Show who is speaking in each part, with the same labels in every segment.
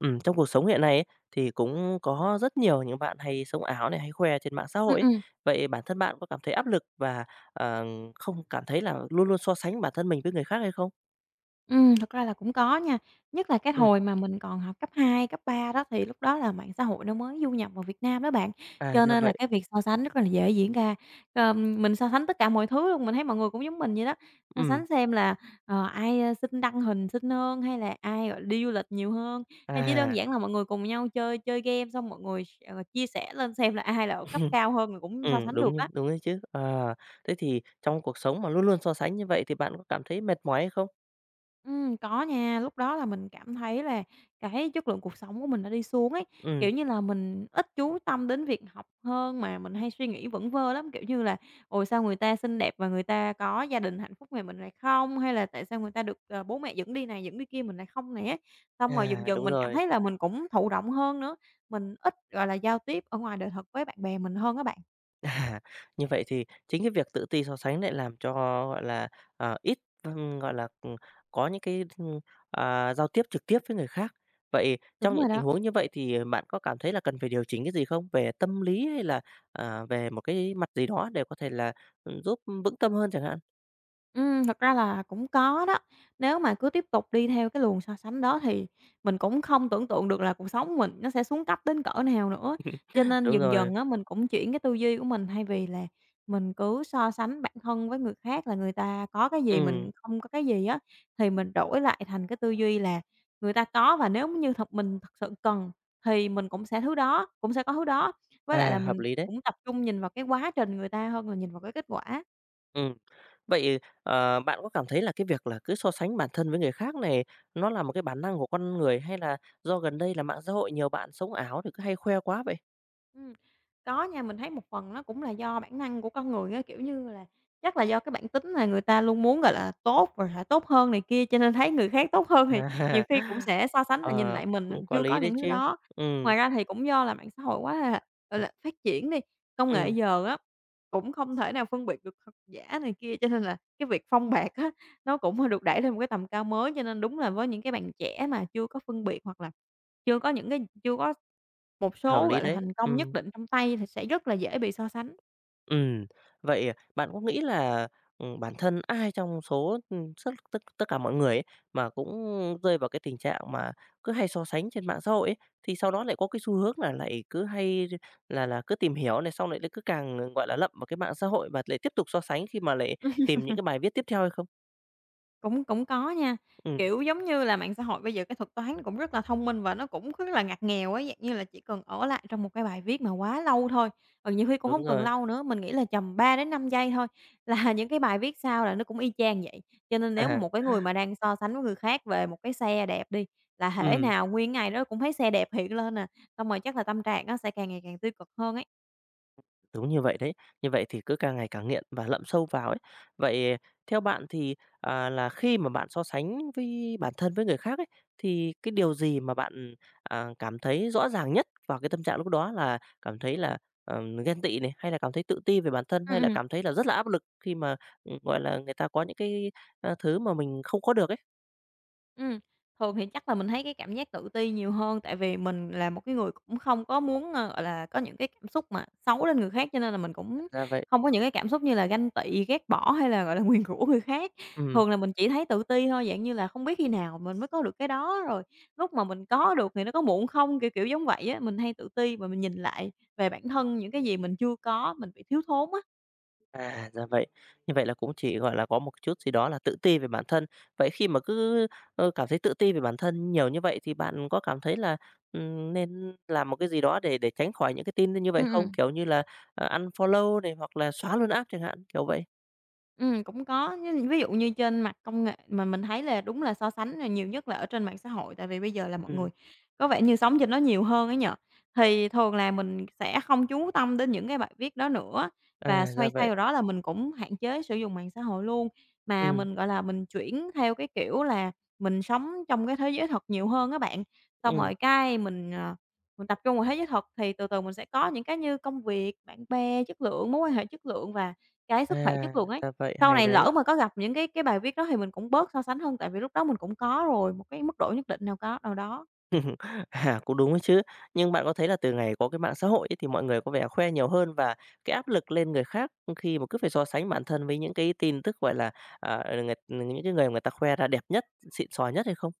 Speaker 1: Trong cuộc sống hiện nay ấy, thì cũng có rất nhiều những bạn hay sống ảo này, hay khoe trên mạng xã
Speaker 2: Ừm,
Speaker 1: hội ấy.
Speaker 2: ừm.
Speaker 1: Vậy bản thân bạn có cảm thấy áp lực và, ờ, không cảm thấy là luôn luôn so sánh bản thân mình với người khác hay không?
Speaker 2: Thật ra là cũng có nha, nhất là cái
Speaker 1: Ừm,
Speaker 2: hồi mà mình còn học cấp 2 cấp 3 đó, thì lúc đó là mạng xã hội nó mới du nhập vào Việt Nam đó bạn,
Speaker 1: à,
Speaker 2: cho
Speaker 1: ra
Speaker 2: nên là
Speaker 1: vậy.
Speaker 2: cái việc so sánh rất là dễ diễn ra. Mình so sánh tất cả mọi thứ luôn, mình thấy mọi người cũng giống mình vậy đó, so
Speaker 1: Ừm,
Speaker 2: sánh xem là, ai, xinh đăng hình xinh hơn, hay là ai, gọi đi du lịch nhiều hơn, hay chỉ đơn
Speaker 1: à,
Speaker 2: giản là mọi người cùng nhau chơi chơi game xong mọi người chia sẻ lên xem là ai là ở cấp cao hơn là cũng so sánh
Speaker 1: đúng,
Speaker 2: được á.
Speaker 1: đúng đấy chứ. Ờ, thế thì trong cuộc sống mà luôn luôn so sánh như vậy thì bạn có cảm thấy mệt mỏi hay không?
Speaker 2: Có nha, lúc đó là mình cảm thấy là cái chất lượng cuộc sống của mình đã đi xuống ấy. Kiểu
Speaker 1: Ừm,
Speaker 2: như là, mình ít chú tâm đến việc học hơn mà mình hay suy nghĩ vẩn vơ lắm, kiểu như là "Ồ, sao người ta xinh đẹp và người ta có gia đình hạnh phúc mà mình lại không?" Hay là "Tại sao người ta được, bố mẹ dẫn đi này, dẫn đi kia mình lại không?" nè. Xong rồi dần
Speaker 1: à,
Speaker 2: dần
Speaker 1: đúng
Speaker 2: mình cảm
Speaker 1: rồi.
Speaker 2: thấy là mình cũng thụ động hơn nữa, mình ít, gọi là, giao tiếp ở ngoài đời thật với bạn bè mình hơn các bạn.
Speaker 1: À, như vậy thì chính cái việc tự ti so sánh lại làm cho, gọi là, ít, gọi là, có những cái, giao tiếp trực tiếp với người khác. Vậy
Speaker 2: Đúng
Speaker 1: trong những
Speaker 2: rồi
Speaker 1: tình
Speaker 2: đó.
Speaker 1: huống như vậy thì bạn có cảm thấy là cần phải điều chỉnh cái gì không? Về tâm lý hay là, về một cái mặt gì đó để có thể là, giúp vững tâm hơn chẳng hạn?
Speaker 2: Thật ra là cũng có đó. Nếu mà cứ tiếp tục đi theo cái luồng so sánh đó thì mình cũng không tưởng tượng được là cuộc sống của mình nó sẽ xuống cấp đến cỡ nào nữa. Cho nên
Speaker 1: Đúng
Speaker 2: dần
Speaker 1: rồi,
Speaker 2: dần á, mình cũng chuyển cái tư duy của mình, thay vì là mình cứ so sánh bản thân với người khác là người ta có cái gì, mình
Speaker 1: ừm,
Speaker 2: không có cái gì á, thì mình đổi lại thành cái tư duy là người ta có và nếu như mình thật sự cần thì mình cũng sẽ thứ đó cũng sẽ có thứ đó. Với lại là
Speaker 1: hợp
Speaker 2: mình
Speaker 1: lý đấy.
Speaker 2: cũng tập trung nhìn vào cái quá trình người ta hơn là nhìn vào cái kết quả.
Speaker 1: Ừm. Vậy, bạn có cảm thấy là cái việc là cứ so sánh bản thân với người khác này nó là một cái bản năng của con người hay là do gần đây là mạng xã hội nhiều bạn sống ảo thì cứ hay khoe quá vậy?
Speaker 2: Ừm, có nha, mình thấy một phần nó cũng là do bản năng của con người á, kiểu như là, chắc là do cái bản tính là người ta luôn muốn, gọi là, tốt rồi phải tốt hơn này kia, cho nên thấy người khác tốt
Speaker 1: À.
Speaker 2: hơn thì nhiều khi cũng sẽ so sánh và nhìn
Speaker 1: Ờ,
Speaker 2: lại mình
Speaker 1: cũng
Speaker 2: mình
Speaker 1: có
Speaker 2: chưa có
Speaker 1: lý đấy
Speaker 2: những thứ
Speaker 1: chứ.
Speaker 2: đó.
Speaker 1: Ừm,
Speaker 2: Ngoài ra thì cũng do là mạng xã hội quá là, gọi là, phát triển đi, công nghệ
Speaker 1: ừm,
Speaker 2: giờ á, cũng không thể nào phân biệt được thật giả này kia, cho nên là cái việc phong bạt á, nó cũng được đẩy lên một cái tầm cao mới. Cho nên đúng là với những cái bạn trẻ mà chưa có phân biệt hoặc là chưa có một
Speaker 1: hợp
Speaker 2: số,
Speaker 1: lý
Speaker 2: gọi là,
Speaker 1: đấy.
Speaker 2: thành công nhất
Speaker 1: Ừm.
Speaker 2: định trong tay thì sẽ rất là dễ bị so sánh,
Speaker 1: Ừm, Vậy bạn có nghĩ là, bản thân ai trong số, rất tất tất cả mọi người ấy, mà cũng rơi vào cái tình trạng mà cứ hay so sánh trên mạng xã hội ấy, thì sau đó lại có cái xu hướng là lại cứ hay là cứ tìm hiểu này, xong lại lại cứ càng, gọi là, lậm vào cái mạng xã hội và lại tiếp tục so sánh khi mà lại tìm những cái bài viết tiếp theo hay không?
Speaker 2: cũng cũng có nha.
Speaker 1: Ừ
Speaker 2: Kiểu, giống như là, mạng xã hội bây giờ cái thuật toán nó cũng rất là thông minh và nó cũng rất là ngặt nghèo á, dạng như là, chỉ cần ở lại trong một cái bài viết mà quá lâu thôi, ừ, nhiều khi cũng hông
Speaker 1: đúng
Speaker 2: cần
Speaker 1: rồi.
Speaker 2: lâu nữa, mình nghĩ là tầm 3 đến 5 giây thôi là những cái bài viết sau là nó cũng y chang vậy. Cho nên nếu mà
Speaker 1: À,
Speaker 2: một cái người mà đang so sánh với người khác về một cái xe đẹp đi, là thể nào nguyên ngày đó cũng thấy xe đẹp hiện lên à, xong rồi chắc là tâm trạng á sẽ càng ngày càng tiêu cực hơn ấy.
Speaker 1: đúng như vậy đấy, như vậy thì cứ càng ngày càng nghiện và lậm sâu vào ấy. Vậy theo bạn thì, là khi mà bạn so sánh với bản thân với người khác ấy, thì cái điều gì mà bạn, cảm thấy rõ ràng nhất vào cái tâm trạng lúc đó là cảm thấy là, ghen tị này, hay là cảm thấy tự ti về bản thân,
Speaker 2: Ừm,
Speaker 1: hay là
Speaker 2: ừm.
Speaker 1: cảm thấy là rất là áp lực khi mà, gọi là, người ta có những cái, thứ mà mình không có được ấy?
Speaker 2: Ừm, thường thì chắc là mình thấy cái cảm giác tự ti nhiều hơn, tại vì mình là một cái người cũng không có muốn, gọi là, có những cái cảm xúc mà xấu đến người khác, cho nên là mình cũng
Speaker 1: Ra vậy.
Speaker 2: không có những cái cảm xúc như là ganh tị, ghét bỏ hay là, gọi là, nguyền rủa người khác.
Speaker 1: Ừm.
Speaker 2: Thường là mình chỉ thấy tự ti thôi, dạng như là không biết khi nào mình mới có được cái đó, rồi lúc mà mình có được thì nó có muộn không, kiểu, giống vậy á. Mình hay tự ti và mình nhìn lại về bản thân những cái gì mình chưa có, mình bị thiếu thốn á.
Speaker 1: À, ra vậy. Như vậy là cũng chỉ, gọi là, có một chút gì đó là tự ti về bản thân. Vậy khi mà cứ, cảm thấy tự ti về bản thân nhiều như vậy thì bạn có cảm thấy là, nên làm một cái gì đó để tránh khỏi những cái tin như
Speaker 2: Ừm,
Speaker 1: vậy không?
Speaker 2: ừm.
Speaker 1: Kiểu như là, unfollow này hoặc là xóa luôn app chẳng hạn, kiểu vậy.
Speaker 2: Cũng có, ví dụ như trên mặt công nghệ mà mình thấy là đúng là so sánh là nhiều nhất là ở trên mạng xã hội, tại vì bây giờ là mọi người
Speaker 1: Ừm,
Speaker 2: có vẻ như sống trên nó nhiều hơn ấy nhở. Thì thường là mình sẽ không chú tâm đến những cái bài viết đó nữa, và
Speaker 1: à, ra
Speaker 2: thay
Speaker 1: vậy.
Speaker 2: vào đó là mình cũng hạn chế sử dụng mạng xã hội luôn. Mà
Speaker 1: Ừm,
Speaker 2: mình, gọi là, mình chuyển theo cái kiểu là mình sống trong cái thế giới thật nhiều hơn các bạn, xong
Speaker 1: ừm,
Speaker 2: rồi cái mình tập trung vào thế giới thật thì từ từ mình sẽ có những cái như công việc, bạn bè chất lượng, mối quan hệ chất lượng và cái sức khỏe chất
Speaker 1: à,
Speaker 2: lượng ấy.
Speaker 1: ra vậy,
Speaker 2: Sau
Speaker 1: hay
Speaker 2: này
Speaker 1: đấy.
Speaker 2: lỡ mà có gặp những cái bài viết đó thì mình cũng bớt so sánh hơn, tại vì lúc đó mình cũng có rồi một cái mức độ nhất định nào có nào đó.
Speaker 1: À, cũng đúng ấy chứ. Nhưng bạn có thấy là từ ngày có cái mạng xã hội ấy, thì mọi người có vẻ khoe nhiều hơn và cái áp lực lên người khác khi mà cứ phải so sánh bản thân với những cái tin tức, gọi là, à, người những cái người mà người ta khoe ra đẹp nhất, xịn sò nhất hay không?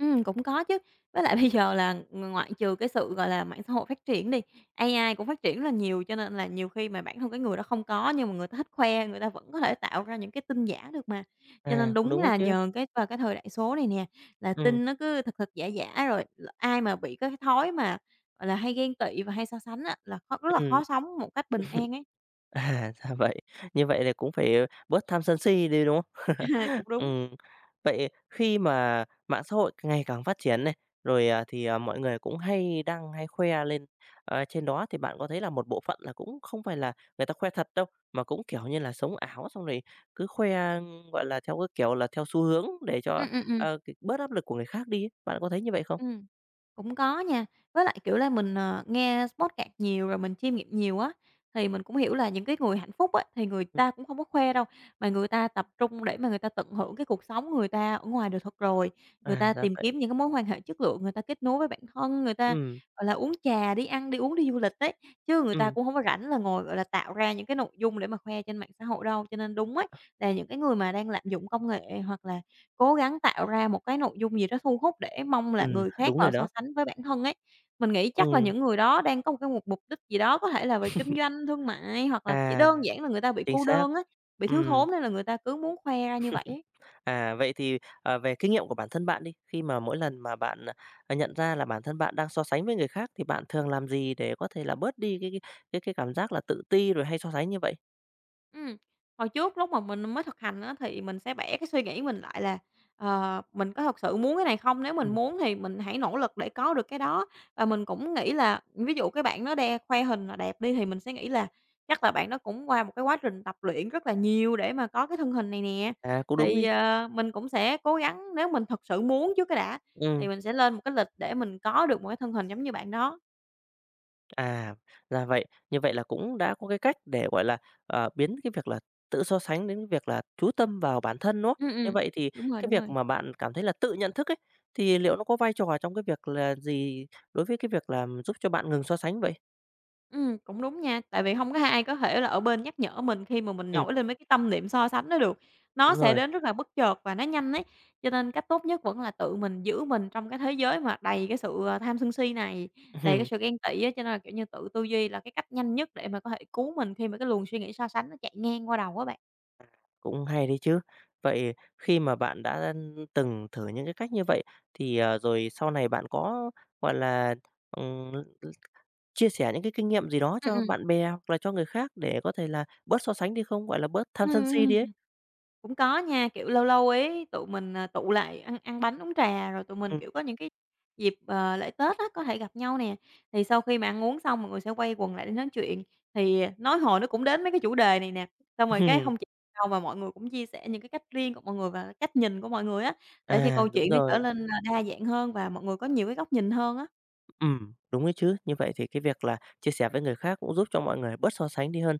Speaker 2: Cũng có chứ. Với lại bây giờ là ngoại trừ cái sự, gọi là, mạng xã hội phát triển đi, AI cũng phát triển rất là nhiều, cho nên là nhiều khi mà bản thân cái người đó không có nhưng mà người ta thích khoe, người ta vẫn có thể tạo ra những cái tin giả được mà. Cho nên
Speaker 1: À, cũng
Speaker 2: đúng
Speaker 1: đúng ấy
Speaker 2: là
Speaker 1: chứ.
Speaker 2: giờ cái vào cái thời đại số này nè, là
Speaker 1: Ừm,
Speaker 2: tin nó cứ thật thật, giả giả rồi ai mà bị cái thói mà, gọi là, hay ghen tị và hay so sánh á là khó rất là
Speaker 1: ừm.
Speaker 2: khó sống một cách bình an ấy.
Speaker 1: À, ra vậy. Như vậy thì cũng phải, bớt tham sân si đi, đúng không?
Speaker 2: Cũng đúng.
Speaker 1: Ừm, Vậy khi mà mạng xã hội ngày càng phát triển này, rồi, thì, mọi người cũng hay đăng hay khoe lên, trên đó thì bạn có thấy là một bộ phận là cũng không phải là người ta khoe thật đâu, mà cũng, kiểu như là, sống ảo xong rồi cứ khoe, gọi là, theo cái kiểu là theo xu hướng để cho,
Speaker 2: Ừm, ừm, ừm,
Speaker 1: bớt áp lực của người khác đi ấy, bạn có thấy như vậy không?
Speaker 2: ừm, cũng có nha. Với lại, kiểu là, mình, nghe podcast nhiều rồi mình chiêm nghiệm nhiều á, thì mình cũng hiểu là những cái người hạnh phúc á, thì người
Speaker 1: Ừm,
Speaker 2: ta cũng không có khoe đâu, mà người ta tập trung để mà người ta tận hưởng cái cuộc sống người ta ở ngoài đời thực rồi. Người
Speaker 1: à,
Speaker 2: ta
Speaker 1: ra
Speaker 2: tìm
Speaker 1: vậy.
Speaker 2: kiếm những cái mối quan hệ chất lượng, người ta kết nối với bản thân, người ta,
Speaker 1: Ừm,
Speaker 2: gọi là, uống trà, đi ăn, đi uống, đi du lịch ấy, chứ người ta
Speaker 1: ừm,
Speaker 2: cũng hông có rảnh là ngồi, gọi là, tạo ra những cái nội dung để mà khoe trên mạng xã hội đâu. Cho nên đúng ấy, là những cái người mà đang lạm dụng công nghệ hoặc là cố gắng tạo ra một cái nội dung gì đó thu hút để mong là người khác
Speaker 1: đúng rồi
Speaker 2: vào so
Speaker 1: đó.
Speaker 2: sánh với bản thân ấy. Mình nghĩ chắc là
Speaker 1: Ừm,
Speaker 2: những người đó đang có một cái mục mục đích gì đó, có thể là về kinh doanh, thương mại, hoặc là chỉ
Speaker 1: à,
Speaker 2: đơn giản là người ta bị
Speaker 1: chính
Speaker 2: cô
Speaker 1: xác,
Speaker 2: đơn á, bị thiếu
Speaker 1: ừm.
Speaker 2: thốn nên là người ta cứ muốn khoe ra như vậy ấy.
Speaker 1: À, vậy thì, về kinh nghiệm của bản thân bạn đi, khi mà mỗi lần mà bạn, nhận ra là bản thân bạn đang so sánh với người khác thì bạn thường làm gì để có thể là bớt đi cái cảm giác là tự ti rồi hay so sánh như vậy?
Speaker 2: Ừm, hồi trước lúc mà mình mới thực hành á, thì mình sẽ bẻ cái suy nghĩ mình lại là, mình có thật sự muốn cái này không? Nếu mình
Speaker 1: Ừm,
Speaker 2: muốn thì mình hãy nỗ lực để có được cái đó. Và mình cũng nghĩ là ví dụ cái bạn đó khoe hình là đẹp đi, thì mình sẽ nghĩ là chắc là bạn đó cũng qua một cái quá trình tập luyện rất là nhiều để mà có cái thân hình này nè.
Speaker 1: à, cũng đúng
Speaker 2: Thì,
Speaker 1: đi chứ.
Speaker 2: mình cũng sẽ cố gắng nếu mình thật sự muốn trước cái đã, thì
Speaker 1: Ừm,
Speaker 2: mình sẽ lên một cái lịch để mình có được một cái thân hình giống như bạn đó.
Speaker 1: à, ra vậy. Như vậy là cũng đã có cái cách để, gọi là, biến cái việc là tự so sánh đến cái việc là chú tâm vào bản thân, đúng không?
Speaker 2: Ừm,
Speaker 1: Như
Speaker 2: ừm,
Speaker 1: vậy thì
Speaker 2: đúng rồi,
Speaker 1: cái
Speaker 2: đúng
Speaker 1: việc
Speaker 2: rồi.
Speaker 1: mà bạn cảm thấy là tự nhận thức ấy, thì liệu nó có vai trò trong cái việc là gì đối với cái việc là giúp cho bạn ngừng so sánh vậy?
Speaker 2: Cũng đúng nha, tại vì hông có ai có thể là ở bên nhắc nhở mình khi mà mình
Speaker 1: Ừm,
Speaker 2: nổi lên mấy cái tâm niệm so sánh đó được. Nó
Speaker 1: đúng
Speaker 2: sẽ
Speaker 1: rồi.
Speaker 2: đến rất là bất chợt và nó nhanh ấy, cho nên cách tốt nhất vẫn là tự mình giữ mình trong cái thế giới mà đầy cái sự, tham sân si này, đầy cái sự ghen tị á, cho nên là, kiểu như, tự tư duy là cái cách nhanh nhất để mà có thể cứu mình khi mà cái luồng suy nghĩ so sánh nó chạy ngang qua đầu á bạn.
Speaker 1: Cũng hay đấy chứ. Vậy khi mà bạn đã từng thử những cái cách như vậy thì, rồi sau này bạn có, gọi là, ừm, chia sẻ những cái kinh nghiệm gì đó
Speaker 2: Ừm,
Speaker 1: cho
Speaker 2: ừm.
Speaker 1: bạn bè hoặc là cho người khác để có thể là bớt so sánh đi không? Gọi là bớt tham sân si
Speaker 2: Ừm.
Speaker 1: đi ấy.
Speaker 2: Cũng có nha, kiểu, lâu lâu ấy tụi mình, à, tụ lại ăn ăn bánh uống trà, rồi tụi mình,
Speaker 1: Ừm.
Speaker 2: kiểu, có những cái dịp, lễ Tết á, có thể gặp nhau nè. Thì sau khi mà ăn uống xong mọi người sẽ quay quần lại để nói chuyện, thì nói hồi nó cũng đến mấy cái chủ đề này nè, xong rồi cái không chỉ đâu mà mọi người cũng chia sẻ những cái cách riêng của mọi người và cách nhìn của mọi người á, để cho
Speaker 1: À,
Speaker 2: câu
Speaker 1: đúng
Speaker 2: chuyện nó trở Ừm.
Speaker 1: rồi.
Speaker 2: lên, đa dạng hơn và mọi người có nhiều cái góc nhìn hơn á.
Speaker 1: Đúng đấy chứ. Như vậy thì cái việc là chia sẻ với người khác cũng giúp cho mọi người bớt so sánh đi hơn.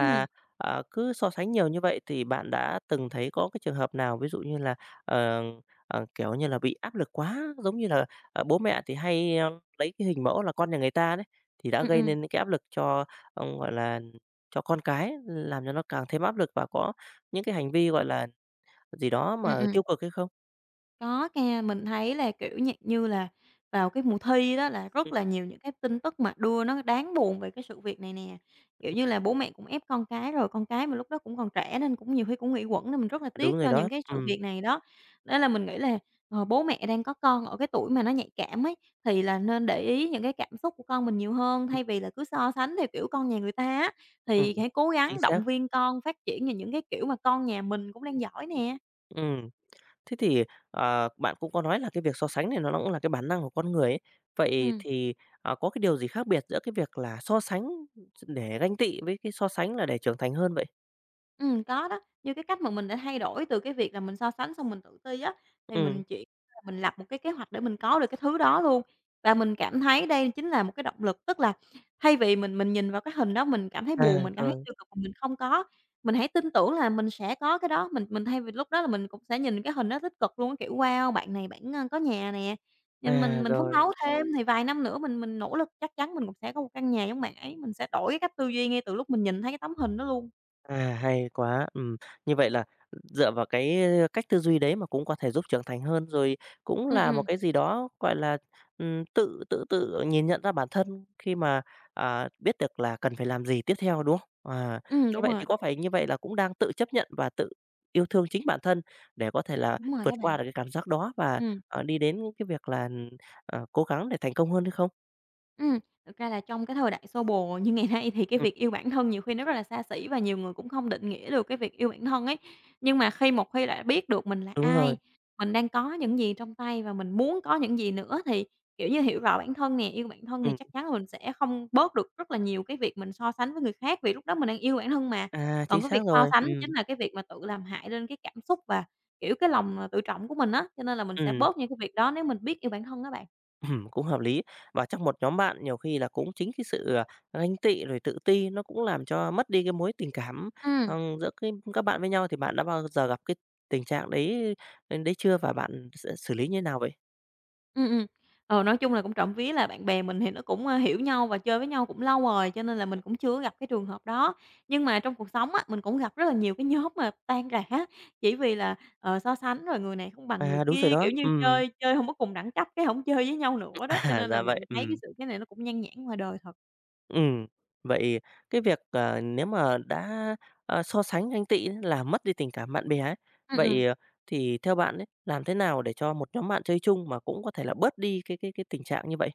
Speaker 2: Ừm,
Speaker 1: cứ so sánh nhiều như vậy thì bạn đã từng thấy có cái trường hợp nào ví dụ như là, ờ, kiểu như là, bị áp lực quá, giống như là, bố mẹ thì hay, lấy cái hình mẫu là con nhà người ta đấy, thì đã
Speaker 2: ừm,
Speaker 1: gây
Speaker 2: ừm.
Speaker 1: nên những cái áp lực cho, gọi là, cho con cái, làm cho nó càng thêm áp lực và có những cái hành vi, gọi là, gì đó
Speaker 2: Ừm,
Speaker 1: mà
Speaker 2: ừm.
Speaker 1: tiêu cực hay không?
Speaker 2: Có nha, mình thấy là, kiểu, dạng như là, vào cái mùa thi đó là rất
Speaker 1: Ừm,
Speaker 2: là nhiều những cái tin tức mà đưa nó đáng buồn về cái sự việc này nè. Kiểu như là, bố mẹ cũng ép con cái rồi, con cái mà lúc đó cũng còn trẻ nên cũng nhiều khi cũng nghĩ quẩn nên mình rất là
Speaker 1: đúng
Speaker 2: tiếc
Speaker 1: rồi
Speaker 2: cho những
Speaker 1: đó.
Speaker 2: cái sự việc này đó. Nên là mình nghĩ là, bố mẹ đang có con ở cái tuổi mà nó nhạy cảm ấy, thì là nên để ý những cái cảm xúc của con mình nhiều hơn,
Speaker 1: Ừm,
Speaker 2: thay vì là cứ so sánh theo kiểu con nhà người ta á,
Speaker 1: ừm,
Speaker 2: thì hãy cố
Speaker 1: chính
Speaker 2: gắng
Speaker 1: xác.
Speaker 2: động viên con phát triển về những cái kiểu mà con nhà mình cũng đang giỏi nè.
Speaker 1: Ừm. Thế thì, bạn cũng có nói là cái việc so sánh này nó cũng là cái bản năng của con người ấy. Vậy
Speaker 2: Ừm.
Speaker 1: thì, có cái điều gì khác biệt giữa cái việc là so sánh để ganh tị với cái so sánh là để trưởng thành hơn vậy?
Speaker 2: Có đó. Như cái cách mà mình đã thay đổi từ cái việc là mình so sánh xong mình tự ti á, thì
Speaker 1: Ừ
Speaker 2: mình chuyển là mình lập một cái kế hoạch để mình có được cái thứ đó luôn. Và mình cảm thấy đây chính là một cái động lực, tức là thay vì mình nhìn vào cái hình đó mình cảm thấy buồn,
Speaker 1: à,
Speaker 2: mình cảm thấy
Speaker 1: rồi,
Speaker 2: tiêu cực mình không có, mình hãy tin tưởng là mình sẽ có cái đó. Mình thay vì lúc đó là mình cũng sẽ nhìn cái hình đó tích cực luôn á, kiểu, "Wow, bạn này bản, có nhà nè." Nhưng mình
Speaker 1: à,
Speaker 2: mình phấn
Speaker 1: rồi.
Speaker 2: đấu thêm thì vài năm nữa mình nỗ lực chắc chắn mình cũng sẽ có một căn nhà giống bạn ấy, mình sẽ đổi cái cách tư duy ngay từ lúc mình nhìn thấy cái tấm hình đó luôn.
Speaker 1: À, hay quá. Như vậy là dựa vào cái, cách tư duy đấy mà cũng có thể giúp trưởng thành hơn, rồi cũng
Speaker 2: Ừm,
Speaker 1: là một
Speaker 2: ừm.
Speaker 1: cái gì đó, gọi là, tự tự tự nhìn nhận ra bản thân khi mà, biết được là cần phải làm gì tiếp theo, đúng không? À,
Speaker 2: Ừm,
Speaker 1: như
Speaker 2: đúng
Speaker 1: vậy thì
Speaker 2: rồi,
Speaker 1: có phải như vậy là cũng đang tự chấp nhận và tự yêu thương chính bản thân để có thể là
Speaker 2: đúng rồi
Speaker 1: vượt
Speaker 2: đó bạn.
Speaker 1: qua được cái cảm giác đó và,
Speaker 2: Ừ.
Speaker 1: đi đến cái việc là, cố gắng để thành công hơn hay không?
Speaker 2: Ừm, thực ra là trong cái thời đại xô bồ như ngày nay thì cái
Speaker 1: Ừm,
Speaker 2: việc yêu bản thân nhiều khi nó rất là xa xỉ và nhiều người cũng không định nghĩa được cái việc yêu bản thân ấy. Nhưng mà khi một khi đã biết được mình là
Speaker 1: đúng
Speaker 2: ai,
Speaker 1: rồi,
Speaker 2: mình đang có những gì trong tay và mình muốn có những gì nữa thì, kiểu như, hiểu rõ bản thân nè, yêu bản thân thì
Speaker 1: ừm,
Speaker 2: chắc chắn là mình sẽ không bớt được rất là nhiều cái việc mình so sánh với người khác, vì lúc đó mình đang yêu bản thân mà.
Speaker 1: à,
Speaker 2: Còn
Speaker 1: chính
Speaker 2: cái việc
Speaker 1: xác
Speaker 2: so
Speaker 1: rồi,
Speaker 2: sánh chính là cái việc mà tự làm hại lên cái cảm xúc và, kiểu, cái lòng, tự trọng của mình á, cho nên là mình sẽ
Speaker 1: ừm.
Speaker 2: bớt những cái việc đó nếu mình biết yêu bản thân á bạn.
Speaker 1: Cũng hợp lý. Và trong một nhóm bạn nhiều khi là cũng chính cái sự, ganh tị rồi tự ti nó cũng làm cho mất đi cái mối tình cảm,
Speaker 2: Ừm.
Speaker 1: giữa cái các bạn với nhau, thì bạn đã bao giờ gặp cái tình trạng đấy chưa và bạn xử lý như thế nào vậy?
Speaker 2: Ừm, ừm. Nói chung là cũng trộm vía là bạn bè mình thì nó cũng, hiểu nhau và chơi với nhau cũng lâu rồi, cho nên là mình cũng chưa có gặp cái trường hợp đó. Nhưng mà trong cuộc sống á, mình cũng gặp rất là nhiều cái nhóm mà tan rã chỉ vì là, so sánh rồi người này không bằng người
Speaker 1: À, đúng rồi
Speaker 2: kia, kiểu
Speaker 1: đó,
Speaker 2: như, chơi chơi không có cùng đẳng cấp, cái không chơi với nhau nữa đó, cho
Speaker 1: à,
Speaker 2: nên là
Speaker 1: ra
Speaker 2: mình
Speaker 1: vậy,
Speaker 2: mình thấy cái sự cái này nó cũng nhan nhản ngoài đời thật.
Speaker 1: ừm. Vậy cái việc, nếu mà đã, so sánh ganh tị ấy, là mất đi tình cảm bạn bè ấy,
Speaker 2: Ừm, ừm.
Speaker 1: vậy, thì theo bạn ấy, làm thế nào để cho một nhóm bạn chơi chung mà cũng có thể là bớt đi cái tình trạng như vậy?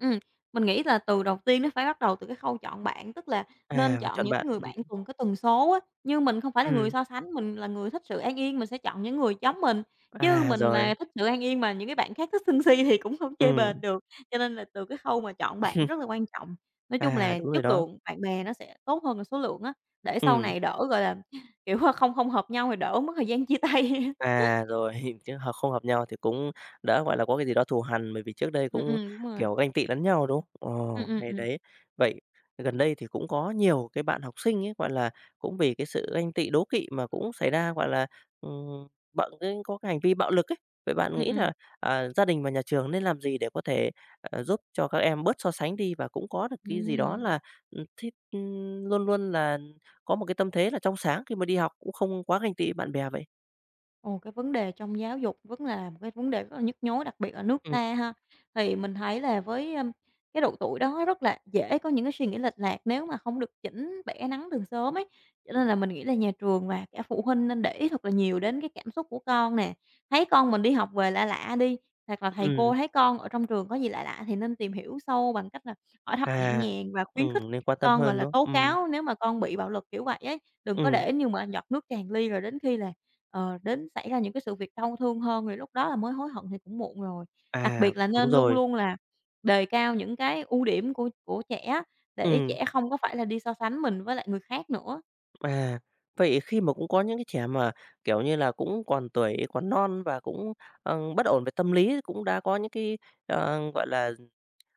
Speaker 2: Ừm, mình nghĩ là từ đầu tiên nó phải bắt đầu từ cái khâu chọn bạn, tức là nên
Speaker 1: À, phải
Speaker 2: chọn
Speaker 1: chọn
Speaker 2: những cái
Speaker 1: bạn,
Speaker 2: người bạn cùng cái tần số á. Nhưng mình không phải là người
Speaker 1: ừm,
Speaker 2: so sánh, mình là người thích sự an yên, mình sẽ chọn những người giống mình, chứ
Speaker 1: à,
Speaker 2: mình
Speaker 1: rồi,
Speaker 2: mà thích sự an yên mà những cái bạn khác thích sân si thì cũng không chơi bền
Speaker 1: ừm,
Speaker 2: được. Cho nên là từ cái khâu mà chọn bạn rất là quan trọng. Nói chung
Speaker 1: à,
Speaker 2: là
Speaker 1: đúng rồi
Speaker 2: chất
Speaker 1: đó,
Speaker 2: lượng bạn bè nó sẽ tốt hơn là số lượng á, để sau
Speaker 1: ừm.
Speaker 2: này đỡ, gọi là, kiểu, không không hợp nhau thì đỡ mất thời gian chia tay.
Speaker 1: À, rồi, chứ không hợp nhau thì cũng đỡ, gọi là, có cái gì đó thù hằn, bởi vì trước đây cũng,
Speaker 2: Đúng rồi.
Speaker 1: kiểu, ganh tị lẫn nhau, đúng không? Ồ,
Speaker 2: Ừm, ừm,
Speaker 1: hay
Speaker 2: ừm.
Speaker 1: đấy. Vậy gần đây thì cũng có nhiều cái bạn học sinh ấy, gọi là, cũng vì cái sự ganh tị, đố kỵ mà cũng xảy ra, gọi là, ừm, cái có cái hành vi bạo lực ấy. Vậy bạn
Speaker 2: Ừm,
Speaker 1: nghĩ
Speaker 2: ừm.
Speaker 1: là, gia đình và nhà trường nên làm gì để có thể, giúp cho các em bớt so sánh đi và cũng có được cái gì đó
Speaker 2: Ừm.
Speaker 1: là, luôn luôn là có một cái tâm thế là trong sáng khi mà đi học, cũng không quá ganh tị bạn bè vậy?
Speaker 2: Ồ, cái vấn đề trong giáo dục vẫn là một cái vấn đề rất là nhức nhối, đặc biệt ở nước
Speaker 1: Ừm.
Speaker 2: ta ha. Thì mình thấy là với, cái độ tuổi đó rất là dễ có những cái suy nghĩ lệch lạc nếu mà không được chỉnh bẻ nắng từ sớm ấy. Cho nên là mình nghĩ là nhà trường và cả phụ huynh nên để ý thật là nhiều đến cái cảm xúc của con nè. Thấy con mình đi học về lạ lạ đi, hoặc là thầy
Speaker 1: Ừm,
Speaker 2: cô thấy con ở trong trường có gì lạ lạ thì nên tìm hiểu sâu bằng cách là hỏi thăm nhẹ
Speaker 1: à,
Speaker 2: nhàng và khuyến khích
Speaker 1: nên quan tâm
Speaker 2: con, gọi
Speaker 1: hơn,
Speaker 2: là,
Speaker 1: đúng
Speaker 2: tố
Speaker 1: không?
Speaker 2: cáo nếu mà con bị bạo lực, kiểu vậy ấy. Đừng có
Speaker 1: Ừm,
Speaker 2: để như mà giọt nước tràn ly rồi đến khi là đến xảy ra những cái sự việc đau thương hơn thì lúc đó là mới hối hận thì cũng muộn rồi. Đặc
Speaker 1: à,
Speaker 2: biệt là
Speaker 1: đúng
Speaker 2: nên luôn
Speaker 1: rồi,
Speaker 2: luôn là đề cao những cái ưu điểm của trẻ để
Speaker 1: ừm,
Speaker 2: trẻ không có phải là đi so sánh mình với lại người khác nữa.
Speaker 1: à. Vậy khi mà cũng có những cái trẻ mà, kiểu như là, cũng còn tuổi còn non và cũng, bất ổn về tâm lý, cũng đã có những cái, gọi là,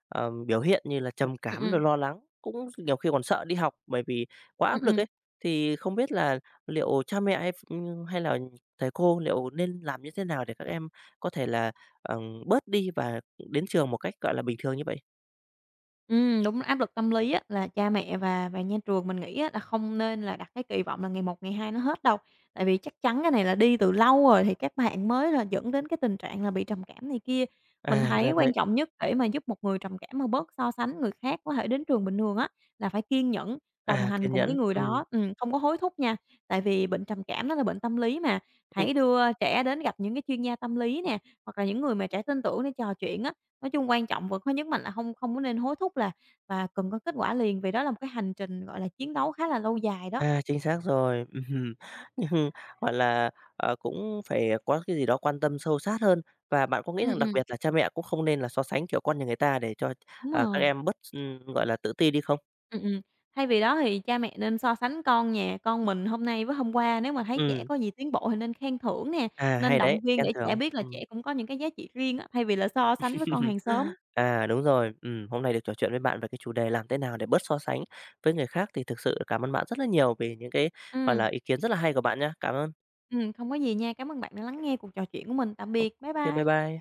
Speaker 1: biểu hiện như là trầm
Speaker 2: Ừm,
Speaker 1: cảm rồi
Speaker 2: ừm,
Speaker 1: lo lắng, cũng nhiều khi còn sợ đi học bởi vì quá
Speaker 2: ừm,
Speaker 1: áp lực
Speaker 2: ừm.
Speaker 1: ấy, thì không biết là liệu cha mẹ hay hay là thầy cô liệu nên làm như thế nào để các em có thể là, ờ, bớt đi và đến trường một cách, gọi là, bình thường như vậy?
Speaker 2: Đúng, áp lực tâm lý á, là cha mẹ và nhà trường mình nghĩ á, là không nên là đặt cái kỳ vọng là ngày một, ngày hai nó hết đâu. Tại vì chắc chắn cái này là đi từ lâu rồi thì các bạn mới là dẫn đến cái tình trạng là bị trầm cảm này kia. Mình
Speaker 1: À,
Speaker 2: thấy
Speaker 1: ra
Speaker 2: quan
Speaker 1: vậy.
Speaker 2: trọng nhất để mà giúp một người trầm cảm mà bớt so sánh người khác có thể đến trường bình thường á, là phải kiên nhẫn, đồng
Speaker 1: À,
Speaker 2: hành
Speaker 1: kiên
Speaker 2: cùng cái
Speaker 1: nhẫn,
Speaker 2: người đó, không có hối thúc nha. Tại vì bệnh trầm cảm nó là bệnh tâm lý mà,
Speaker 1: ừm,
Speaker 2: hãy đưa trẻ đến gặp những cái chuyên gia tâm lý nè, hoặc là những người mà trẻ tin tưởng để trò chuyện á. Nói chung quan trọng vẫn có nhất mình là không không có nên hối thúc là và cần có kết quả liền, vì đó là một cái hành trình, gọi là, chiến đấu khá là lâu dài đó.
Speaker 1: à, chính xác rồi. Ừm, nhưng, gọi là, cũng phải có cái gì đó quan tâm sâu sát hơn. Và bạn có nghĩ
Speaker 2: Ừm,
Speaker 1: rằng đặc
Speaker 2: ừm.
Speaker 1: biệt là cha mẹ cũng không nên là so sánh, kiểu, con nhà người ta để cho,
Speaker 2: Đúng
Speaker 1: các
Speaker 2: rồi,
Speaker 1: em bớt gọi là, tự ti đi không?
Speaker 2: ừm. Thay vì đó thì cha mẹ nên so sánh con nhà, con mình hôm nay với hôm qua, nếu mà thấy trẻ
Speaker 1: Ừm,
Speaker 2: có gì tiến bộ thì nên khen thưởng nè,
Speaker 1: à,
Speaker 2: nên
Speaker 1: hay
Speaker 2: động
Speaker 1: đấy,
Speaker 2: viên
Speaker 1: khen
Speaker 2: để trẻ
Speaker 1: thưởng,
Speaker 2: biết là
Speaker 1: ừm.
Speaker 2: trẻ cũng có những cái giá trị riêng á, thay vì là so sánh với con hàng xóm.
Speaker 1: À, đúng rồi, hôm nay được trò chuyện với bạn về cái chủ đề làm thế nào để bớt so sánh với người khác thì thực sự cảm ơn bạn rất là nhiều vì những cái, gọi
Speaker 2: Ừm.
Speaker 1: là, ý kiến rất là hay của bạn nhá. Cảm ơn.
Speaker 2: Không có gì nha, cảm ơn bạn đã lắng nghe cuộc trò chuyện của mình. Tạm
Speaker 1: Ô
Speaker 2: biệt, bye
Speaker 1: ô kê, bye
Speaker 2: bye.
Speaker 1: bye.